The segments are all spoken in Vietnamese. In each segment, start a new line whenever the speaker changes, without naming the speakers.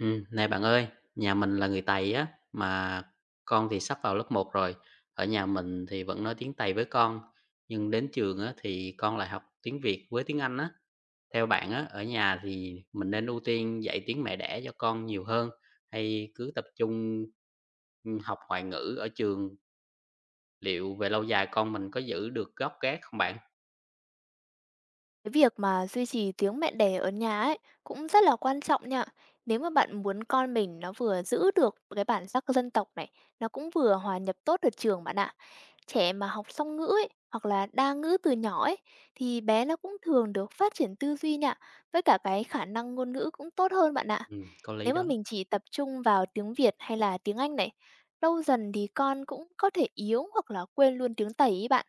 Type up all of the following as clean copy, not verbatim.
Này bạn ơi, nhà mình là người Tày á, mà con thì sắp vào lớp một rồi. Ở nhà mình thì vẫn nói tiếng Tày với con, nhưng đến trường á, thì con lại học tiếng Việt với tiếng Anh á. Theo bạn á, ở nhà thì mình nên ưu tiên dạy tiếng mẹ đẻ cho con nhiều hơn hay cứ tập trung học ngoại ngữ ở trường? Liệu về lâu dài con mình có giữ được gốc gác không bạn?
Cái việc mà duy trì tiếng mẹ đẻ ở nhà ấy cũng rất là quan trọng nha. Nếu mà bạn muốn con mình nó vừa giữ được cái bản sắc dân tộc này, nó cũng vừa hòa nhập tốt ở trường bạn ạ. Trẻ mà học song ngữ ấy, hoặc là đa ngữ từ nhỏ ấy thì bé nó cũng thường được phát triển tư duy nha, với cả cái khả năng ngôn ngữ cũng tốt hơn bạn ạ.
Có lý
Nếu mà
đó.
mình chỉ tập trung vào tiếng Việt hay là tiếng Anh này, lâu dần thì con cũng có thể yếu hoặc là quên luôn tiếng Tây ý bạn.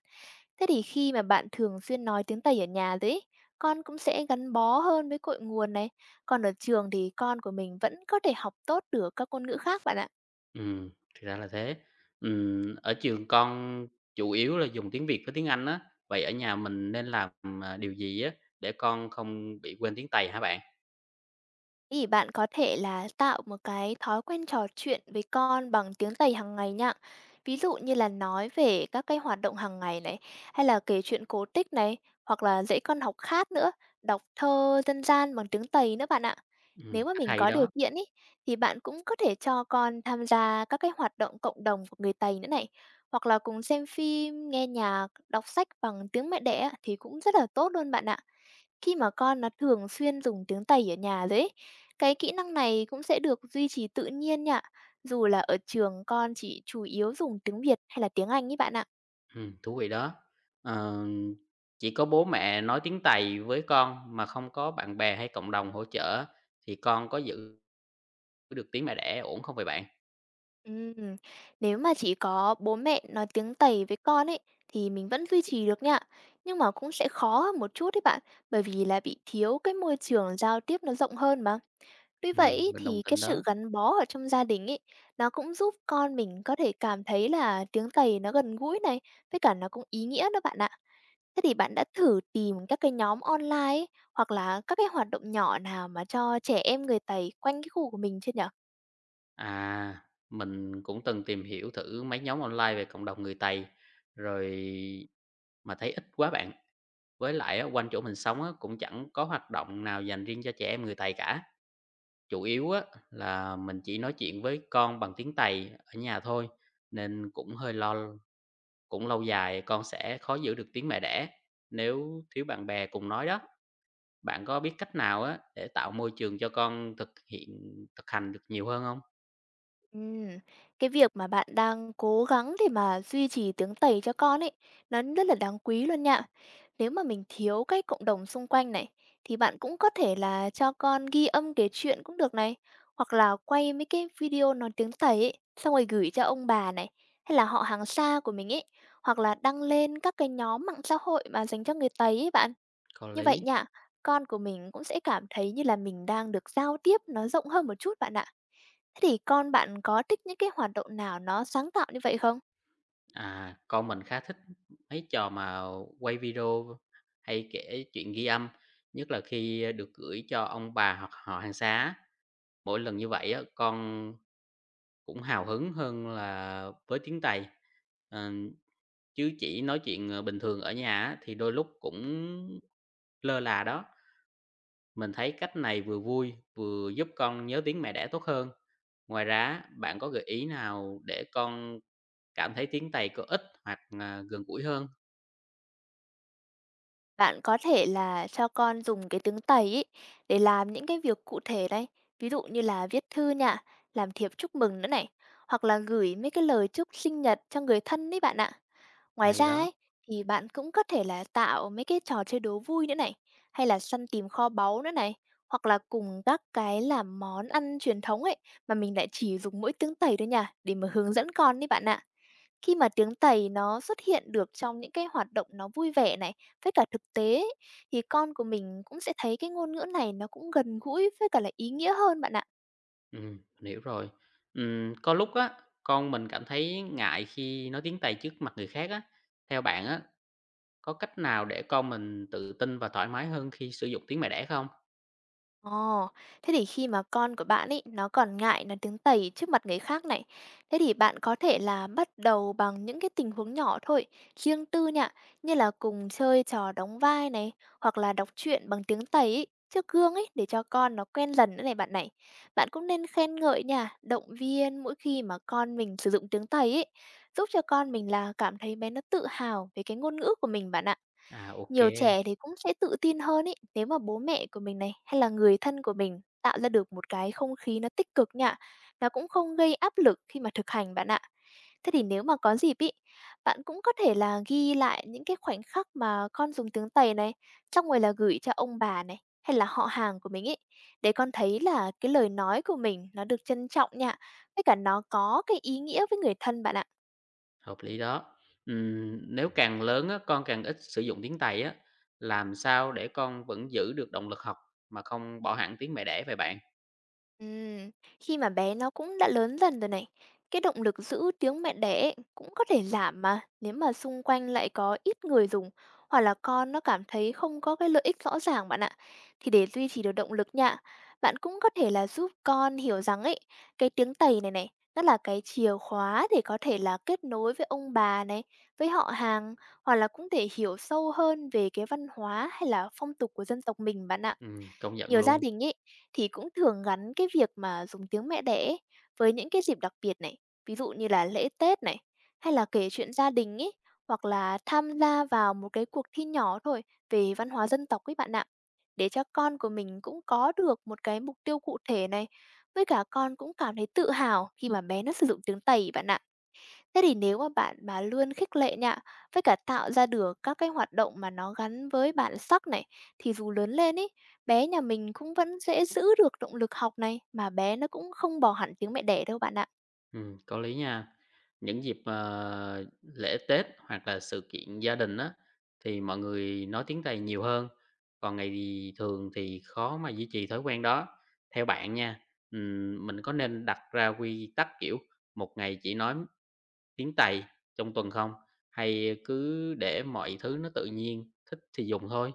Thế thì khi mà bạn thường xuyên nói tiếng Tây ở nhà rồi ấy, con cũng sẽ gắn bó hơn với cội nguồn này. Còn ở trường thì con của mình vẫn có thể học tốt được các ngôn ngữ khác bạn ạ.
Thì ra là thế. Ở trường con chủ yếu là dùng tiếng Việt với tiếng Anh á, vậy ở nhà mình nên làm, điều gì á để con không bị quên tiếng Tây hả bạn?
Thì bạn có thể là tạo một cái thói quen trò chuyện với con bằng tiếng Tây hàng ngày nha. Ví dụ như là nói về các cái hoạt động hàng ngày này, hay là kể chuyện cổ tích này, hoặc là dạy con học hát nữa, đọc thơ dân gian bằng tiếng Tây nữa bạn ạ.
Ừm,
Nếu mà
cách
mình
hay
có điều
đó,
kiện ý, thì bạn cũng có thể cho con tham gia các cái hoạt động cộng đồng của người Tây nữa này, hoặc là cùng xem phim, nghe nhạc, đọc sách bằng tiếng mẹ đẻ thì cũng rất là tốt luôn bạn ạ. Khi mà con nó thường xuyên dùng tiếng Tây ở nhà rồi ấy, cái kỹ năng này cũng sẽ được duy trì tự nhiên nha. Dù là ở trường con chỉ chủ yếu dùng tiếng Việt hay là tiếng Anh ấy bạn ạ.
thú vị đó. Ờ, chỉ có bố mẹ nói tiếng Tây với con mà không có bạn bè hay cộng đồng hỗ trợ thì con có giữ được tiếng mẹ đẻ ổn không vậy bạn?
Ừm, Nếu mà chỉ có bố mẹ nói tiếng Tây với con ấy thì mình vẫn duy trì được nha, nhưng mà cũng sẽ khó hơn một chút đấy bạn, bởi vì là bị thiếu cái môi trường giao tiếp nó rộng hơn mà. Tuy vậy
Ừm,
ý,
mình đồng
thì cái
tình
sự
đó.
gắn bó ở trong gia đình ấy nó cũng giúp con mình có thể cảm thấy là tiếng Tây nó gần gũi này, với cả nó cũng ý nghĩa đó bạn ạ. Thế thì bạn đã thử tìm các cái nhóm online ấy, hoặc là các cái hoạt động nhỏ nào mà cho trẻ em người Tây quanh cái khu của mình chưa nhở?
À, mình cũng từng tìm hiểu thử mấy nhóm online về cộng đồng người Tây rồi mà thấy ít quá bạn. Với lại á, quanh chỗ mình sống á, cũng chẳng có hoạt động nào dành riêng cho trẻ em người Tày cả. Chủ yếu á, là mình chỉ nói chuyện với con bằng tiếng Tày ở nhà thôi, nên cũng hơi lo cũng lâu dài con sẽ khó giữ được tiếng mẹ đẻ nếu thiếu bạn bè cùng nói đó. Bạn có biết cách nào á, để tạo môi trường cho con thực hành được nhiều hơn không.
Ừm, cái việc mà bạn đang cố gắng để mà duy trì tiếng Tây cho con ấy, nó rất là đáng quý luôn nha. Nếu mà mình thiếu cái cộng đồng xung quanh này, thì bạn cũng có thể là cho con ghi âm kể chuyện cũng được này, hoặc là quay mấy cái video nói tiếng Tây ấy, xong rồi gửi cho ông bà này, hay là họ hàng xa của mình ấy, hoặc là đăng lên các cái nhóm mạng xã hội mà dành cho người Tây ấy bạn.
Có
Như vậy
lý.
nha, con của mình cũng sẽ cảm thấy như là mình đang được giao tiếp nó rộng hơn một chút bạn ạ. Thế thì con bạn có thích những cái hoạt động nào nó sáng tạo như vậy không?
À, con mình khá thích mấy trò mà quay video hay kể chuyện ghi âm, nhất là khi được gửi cho ông bà hoặc họ hàng xa á. Mỗi lần như vậy á, con cũng hào hứng hơn là với tiếng Tày. Ờ, chứ chỉ nói chuyện bình thường ở nhà á, thì đôi lúc cũng lơ là đó. Mình thấy cách này vừa vui vừa giúp con nhớ tiếng mẹ đẻ tốt hơn. Ngoài ra, bạn có gợi ý nào để con cảm thấy tiếng Tày có ích hoặc gần gũi hơn?
Bạn có thể là cho con dùng cái tiếng Tây ý để làm những cái việc cụ thể đây. Ví dụ như là viết thư nha, làm thiệp chúc mừng nữa này, hoặc là gửi mấy cái lời chúc sinh nhật cho người thân đấy bạn ạ. Ngoài
Hay
ra
đó,
ấy, thì bạn cũng có thể là tạo mấy cái trò chơi đố vui nữa này, hay là săn tìm kho báu nữa này, hoặc là cùng các cái làm món ăn truyền thống ấy mà mình lại chỉ dùng mỗi tiếng Tây thôi nha, để mà hướng dẫn con đấy bạn ạ. Khi mà tiếng Tây nó xuất hiện được trong những cái hoạt động nó vui vẻ này, với cả thực tế ấy, thì con của mình cũng sẽ thấy cái ngôn ngữ này nó cũng gần gũi với cả là ý nghĩa hơn bạn ạ.
ừm, mình hiểu rồi. Có lúc á, con mình cảm thấy ngại khi nói tiếng Tây trước mặt người khác á. Theo bạn á, có cách nào để con mình tự tin và thoải mái hơn khi sử dụng tiếng mẹ đẻ không?
Ồ, thế thì khi mà con của bạn ấy nó còn ngại nói tiếng Tây trước mặt người khác này, thế thì bạn có thể là bắt đầu bằng những cái tình huống nhỏ thôi, riêng tư nha, như là cùng chơi trò đóng vai này, hoặc là đọc truyện bằng tiếng Tây ấy, trước gương ấy để cho con nó quen dần nữa này. Bạn cũng nên khen ngợi nha, động viên mỗi khi mà con mình sử dụng tiếng Tây ấy, giúp cho con mình là cảm thấy bé nó tự hào về cái ngôn ngữ của mình bạn ạ.
À, OK,
Nhiều trẻ thì cũng sẽ tự tin hơn ấy, nếu mà bố mẹ của mình này, hay là người thân của mình tạo ra được một cái không khí nó tích cực nha. Nó cũng không gây áp lực khi mà thực hành bạn ạ. Thế thì nếu mà có dịp ý, bạn cũng có thể là ghi lại những cái khoảnh khắc mà con dùng tiếng Tây này, trong người là gửi cho ông bà này, hay là họ hàng của mình ấy, để con thấy là cái lời nói của mình nó được trân trọng nha, với cả nó có cái ý nghĩa với người thân bạn ạ.
hợp lý đó. Nếu càng lớn á, con càng ít sử dụng tiếng Tây á, làm sao để con vẫn giữ được động lực học mà không bỏ hẳn tiếng mẹ đẻ vậy bạn?
Ừm, Khi mà bé nó cũng đã lớn dần rồi này, cái động lực giữ tiếng mẹ đẻ ấy cũng có thể giảm mà nếu mà xung quanh lại có ít người dùng, hoặc là con nó cảm thấy không có cái lợi ích rõ ràng bạn ạ. Thì để duy trì được động lực nha, bạn cũng có thể là giúp con hiểu rằng ấy, cái tiếng tày này này, nó là cái chìa khóa để có thể là kết nối với ông bà này, với họ hàng, hoặc là cũng để hiểu sâu hơn về cái văn hóa hay là phong tục của dân tộc mình bạn ạ.
Công nhận
Nhiều gia
luôn.
đình ý thì cũng thường gắn cái việc mà dùng tiếng mẹ đẻ ấy với những cái dịp đặc biệt này, ví dụ như là lễ Tết này, hay là kể chuyện gia đình ấy, hoặc là tham gia vào một cái cuộc thi nhỏ thôi về văn hóa dân tộc ấy bạn ạ. Để cho con của mình cũng có được một cái mục tiêu cụ thể này, với cả con cũng cảm thấy tự hào khi mà bé nó sử dụng tiếng Tây bạn ạ. Thế thì nếu mà bạn mà luôn khích lệ nha, với cả tạo ra được các cái hoạt động mà nó gắn với bản sắc này, thì dù lớn lên ấy, bé nhà mình cũng vẫn dễ giữ được động lực học này, mà bé nó cũng không bỏ hẳn tiếng mẹ đẻ đâu bạn ạ.
Có lý nha. Những dịp, lễ Tết hoặc là sự kiện gia đình á, thì mọi người nói tiếng Tây nhiều hơn, còn ngày thì thường thì khó mà duy trì thói quen đó. Theo bạn nha, mình có nên đặt ra quy tắc, kiểu, một ngày chỉ nói tiếng Tây trong tuần không? Hay cứ để mọi thứ nó tự nhiên, thích thì dùng thôi?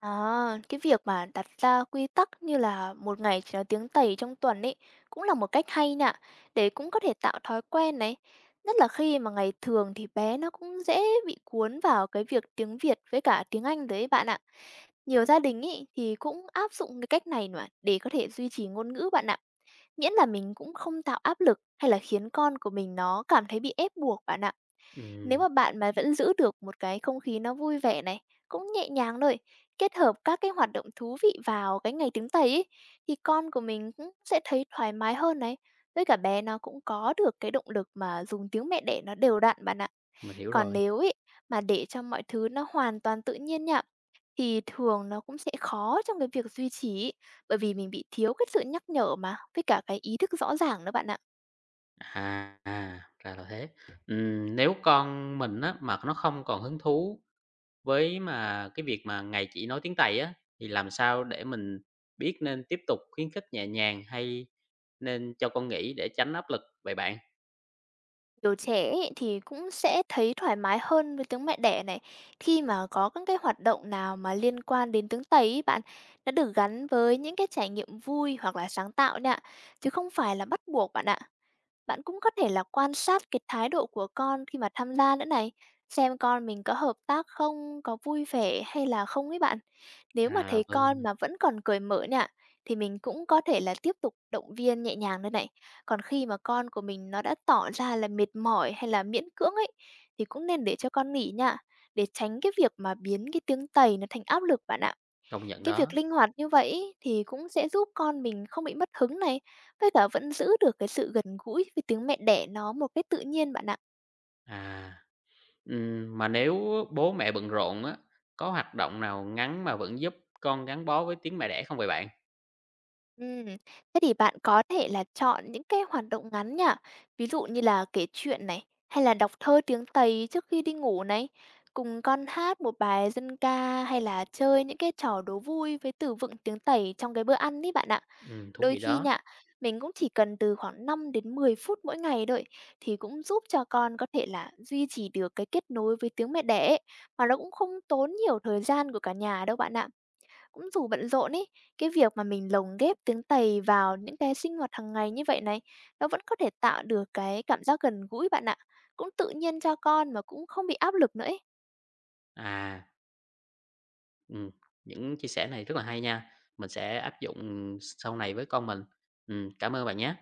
À, cái việc mà đặt ra quy tắc như là một ngày chỉ nói tiếng Tây trong tuần ấy cũng là một cách hay nha, để cũng có thể tạo thói quen này. Nhất là khi mà ngày thường thì bé nó cũng dễ bị cuốn vào cái việc tiếng Việt với cả tiếng Anh đấy bạn ạ. Nhiều gia đình ý thì cũng áp dụng cái cách này mà để có thể duy trì ngôn ngữ bạn ạ. Miễn là mình cũng không tạo áp lực hay là khiến con của mình nó cảm thấy bị ép buộc bạn ạ. Nếu
Ừm,
mà bạn mà vẫn giữ được một cái không khí nó vui vẻ này, cũng nhẹ nhàng thôi, kết hợp các cái hoạt động thú vị vào cái ngày tiếng Tây ấy, thì con của mình cũng sẽ thấy thoải mái hơn này. Với cả bé nó cũng có được cái động lực mà dùng tiếng mẹ đẻ nó đều đặn bạn ạ.
mình hiểu
Còn
rồi.
nếu ý mà để cho mọi thứ nó hoàn toàn tự nhiên nhỉ, thì thường nó cũng sẽ khó trong cái việc duy trì ấy, bởi vì mình bị thiếu cái sự nhắc nhở mà, với cả cái ý thức rõ ràng nữa bạn ạ.
À, à, ra là thế. Nếu con mình á, mà nó không còn hứng thú với mà cái việc mà ngày chỉ nói tiếng Tây á, thì làm sao để mình biết nên tiếp tục khuyến khích nhẹ nhàng hay nên cho con nghỉ để tránh áp lực vậy bạn?
Nhiều trẻ ấy thì cũng sẽ thấy thoải mái hơn với tiếng mẹ đẻ này, khi mà có các cái hoạt động nào mà liên quan đến tiếng Tây ấy bạn, nó được gắn với những cái trải nghiệm vui hoặc là sáng tạo nha, chứ không phải là bắt buộc bạn ạ. Bạn cũng có thể là quan sát cái thái độ của con khi mà tham gia nữa này, xem con mình có hợp tác không, có vui vẻ hay là không ấy bạn. Nếu mà
À,
thấy con
vâng,
mà vẫn còn cởi mở nè, thì mình cũng có thể là tiếp tục động viên nhẹ nhàng nữa này. Còn khi mà con của mình nó đã tỏ ra là mệt mỏi hay là miễn cưỡng ấy, thì cũng nên để cho con nghỉ nha, để tránh cái việc mà biến cái tiếng tày nó thành áp lực bạn ạ.
công nhận
Cái việc
đó.
linh hoạt như vậy ấy, thì cũng sẽ giúp con mình không bị mất hứng này, với cả vẫn giữ được cái sự gần gũi với tiếng mẹ đẻ nó một cách tự nhiên bạn ạ.
À, mà nếu bố mẹ bận rộn á, có hoạt động nào ngắn mà vẫn giúp con gắn bó với tiếng mẹ đẻ không vậy bạn?
Ừm, Thế thì bạn có thể là chọn những cái hoạt động ngắn nhá, ví dụ như là kể chuyện này, hay là đọc thơ tiếng Tây trước khi đi ngủ này, cùng con hát một bài dân ca hay là chơi những cái trò đố vui với từ vựng tiếng Tây trong cái bữa ăn ấy bạn ạ.
Thú
Đôi
vị
khi
đó.
nha, mình cũng chỉ cần từ khoảng 5 đến 10 phút mỗi ngày thôi thì cũng giúp cho con có thể là duy trì được cái kết nối với tiếng mẹ đẻ ấy, mà nó cũng không tốn nhiều thời gian của cả nhà đâu bạn ạ. Cũng dù bận rộn ấy, cái việc mà mình lồng ghép tiếng Tây vào những cái sinh hoạt hàng ngày như vậy này, nó vẫn có thể tạo được cái cảm giác gần gũi bạn ạ. Cũng tự nhiên cho con mà cũng không bị áp lực nữa ấy.
À, ừm, những chia sẻ này rất là hay nha. Mình sẽ áp dụng sau này với con mình. Cảm ơn bạn nhé.